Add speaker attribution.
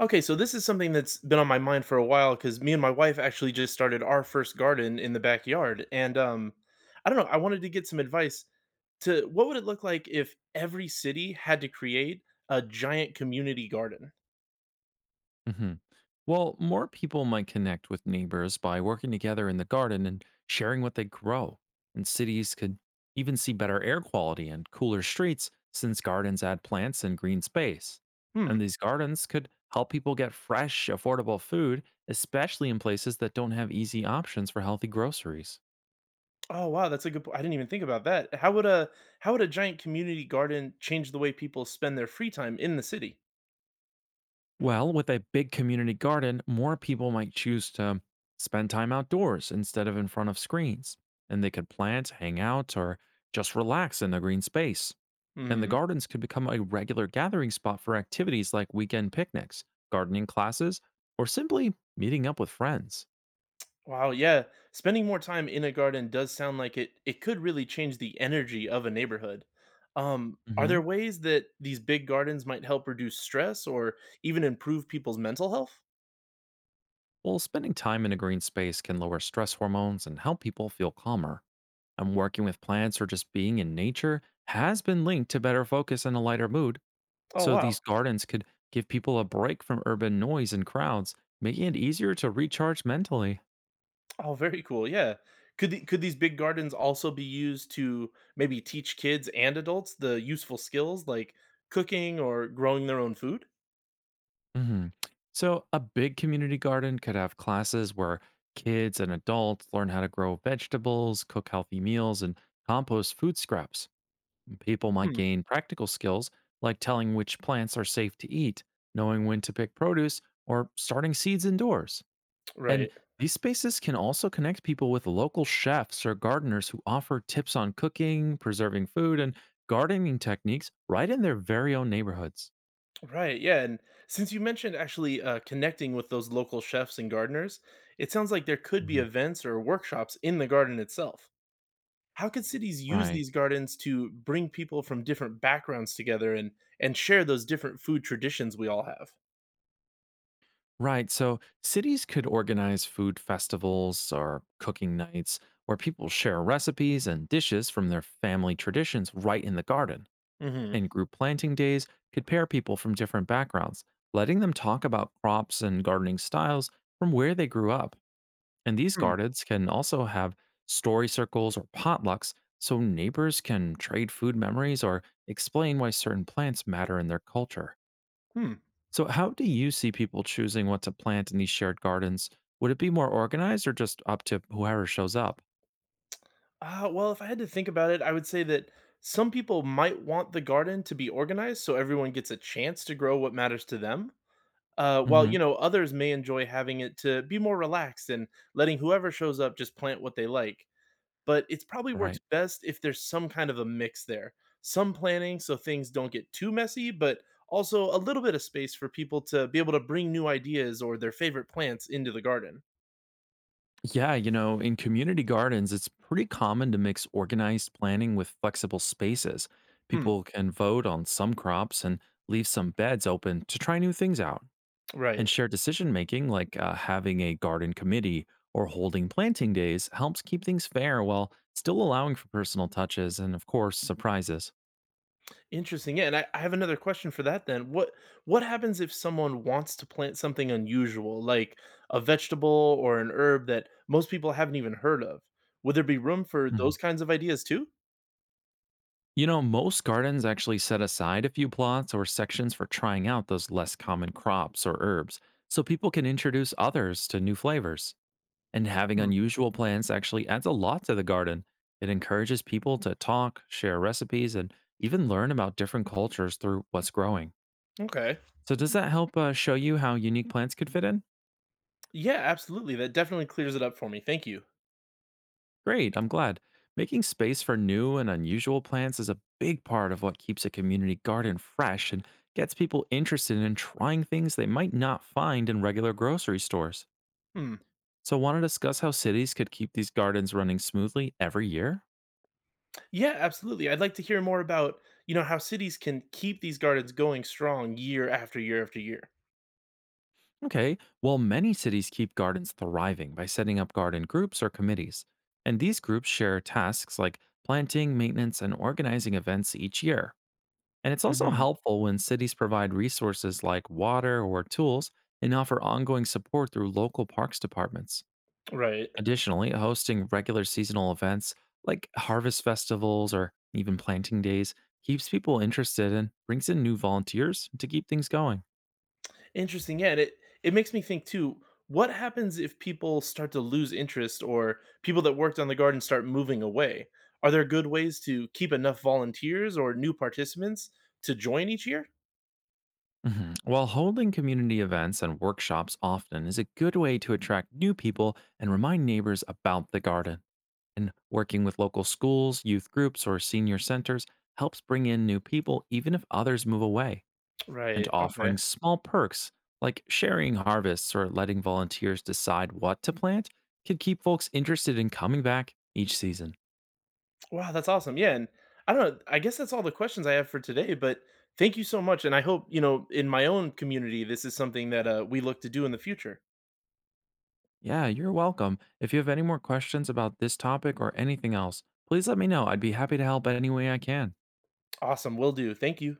Speaker 1: Okay, so this is something that's been on my mind for a while because me and my wife actually just started our first garden in the backyard. And I don't know, I wanted to get some advice to what would it look like if every city had to create a giant community garden?
Speaker 2: hmm Well, more people might connect with neighbors by working together in the garden and sharing what they grow. And cities could even see better air quality and cooler streets since gardens add plants and green space.
Speaker 1: Hmm.
Speaker 2: And these gardens could help people get fresh, affordable food, especially in places that don't have easy options for healthy groceries.
Speaker 1: Oh wow, that's a good point. I didn't even think about that. How would a giant community garden change the way people spend their free time in the city?
Speaker 2: Well, with a big community garden, more people might choose to spend time outdoors instead of in front of screens. And they could plant, hang out, or just relax in a green space. And the
Speaker 1: Hmm.
Speaker 2: gardens could become a regular gathering spot for activities like weekend picnics, gardening classes, or simply meeting up with friends.
Speaker 1: Wow, yeah. Spending more time in a garden does sound like it could really change the energy of a neighborhood. Are
Speaker 2: hmm
Speaker 1: there ways that these big gardens might help reduce stress or even improve people's mental health?
Speaker 2: Well, spending time in a green space can lower stress hormones and help people feel calmer. And working with plants or just being in nature has been linked to better focus and a lighter mood.
Speaker 1: Oh,
Speaker 2: So
Speaker 1: wow.
Speaker 2: these gardens could give people a break from urban noise and crowds, making it easier to recharge mentally.
Speaker 1: Oh, very cool. Yeah. Could these big gardens also be used to maybe teach kids and adults the useful skills like cooking or growing their own food?
Speaker 2: Mhm. So a big community garden could have classes where kids and adults learn how to grow vegetables, cook healthy meals, and compost food scraps. People might
Speaker 1: Hmm,
Speaker 2: gain practical skills like telling which plants are safe to eat, knowing when to pick produce, or starting seeds indoors. And
Speaker 1: right.
Speaker 2: these spaces can also connect people with local chefs or gardeners who offer tips on cooking, preserving food, and gardening techniques right in their very own neighborhoods.
Speaker 1: Right, yeah, and since you mentioned actually connecting with those local chefs and gardeners, it sounds like there could be
Speaker 2: Mhm.
Speaker 1: events or workshops in the garden itself. How could cities use
Speaker 2: Right.
Speaker 1: these gardens to bring people from different backgrounds together and share those different food traditions we all have?
Speaker 2: Right. So cities could organize food festivals or cooking nights where people share recipes and dishes from their family traditions right in the garden.
Speaker 1: Hmm.
Speaker 2: And group planting days could pair people from different backgrounds, letting them talk about crops and gardening styles from where they grew up. And these
Speaker 1: Hmm.
Speaker 2: gardens can also have story circles or potlucks so neighbors can trade food memories or explain why certain plants matter in their culture.
Speaker 1: Hmm.
Speaker 2: So, how do you see people choosing what to plant in these shared gardens? Would it be more organized or just up to whoever shows up?
Speaker 1: Well, if I had to think about it, I would say that some people might want the garden to be organized so everyone gets a chance to grow what matters to them. While, you
Speaker 2: hmm
Speaker 1: know, others may enjoy having it to be more relaxed and letting whoever shows up just plant what they like, but it probably works
Speaker 2: Right.
Speaker 1: best if there's some kind of a mix there, some planning so things don't get too messy, but also a little bit of space for people to be able to bring new ideas or their favorite plants into the garden.
Speaker 2: Yeah, you know, in community gardens, it's pretty common to mix organized planning with flexible spaces.
Speaker 1: Hmm.
Speaker 2: People can vote on some crops and leave some beds open to try new things out. And
Speaker 1: Right.
Speaker 2: shared decision making, like having a garden committee or holding planting days, helps keep things fair while still allowing for personal touches and, of course, surprises.
Speaker 1: Interesting. Yeah, and I have another question for that then. What happens if someone wants to plant something unusual, like a vegetable or an herb that most people haven't even heard of? Would there be room for
Speaker 2: Mhm.
Speaker 1: those kinds of ideas too?
Speaker 2: You know, most gardens actually set aside a few plots or sections for trying out those less common crops or herbs so people can introduce others to new flavors. And having
Speaker 1: Hmm.
Speaker 2: unusual plants actually adds a lot to the garden. It encourages people to talk, share recipes, and even learn about different cultures through what's growing.
Speaker 1: Okay.
Speaker 2: So does that help show you how unique plants could fit in?
Speaker 1: Yeah, absolutely. That definitely clears it up for me. Thank you.
Speaker 2: Great, I'm glad. Making space for new and unusual plants is a big part of what keeps a community garden fresh and gets people interested in trying things they might not find in regular grocery stores.
Speaker 1: Hmm.
Speaker 2: So want to discuss how cities could keep these gardens running smoothly every year?
Speaker 1: Yeah, absolutely. I'd like to hear more about, you know, how cities can keep these gardens going strong year after year after year.
Speaker 2: Okay, well many cities keep gardens thriving by setting up garden groups or committees. And these groups share tasks like planting, maintenance, and organizing events each year. And it's also
Speaker 1: Mhm.
Speaker 2: helpful when cities provide resources like water or tools and offer ongoing support through local parks departments.
Speaker 1: Right.
Speaker 2: Additionally, hosting regular seasonal events like harvest festivals or even planting days keeps people interested and brings in new volunteers to keep things going.
Speaker 1: Interesting. Yeah, and it makes me think too. What happens if people start to lose interest, or people that worked on the garden start moving away? Are there good ways to keep enough volunteers or new participants to join each year?
Speaker 2: Mhm. While holding community events and workshops often is a good way to attract new people and remind neighbors about the garden. And working with local schools, youth groups, or senior centers helps bring in new people even if others move away. And
Speaker 1: Right.
Speaker 2: offering
Speaker 1: Okay.
Speaker 2: small perks like sharing harvests or letting volunteers decide what to plant can keep folks interested in coming back each season.
Speaker 1: Wow, that's awesome. Yeah, and I don't know. I guess that's all the questions I have for today. But thank you so much, and I hope, you know, in my own community this is something that we look to do in the future.
Speaker 2: Yeah, you're welcome. If you have any more questions about this topic or anything else, please let me know. I'd be happy to help any way I can.
Speaker 1: Awesome, will do. Thank you.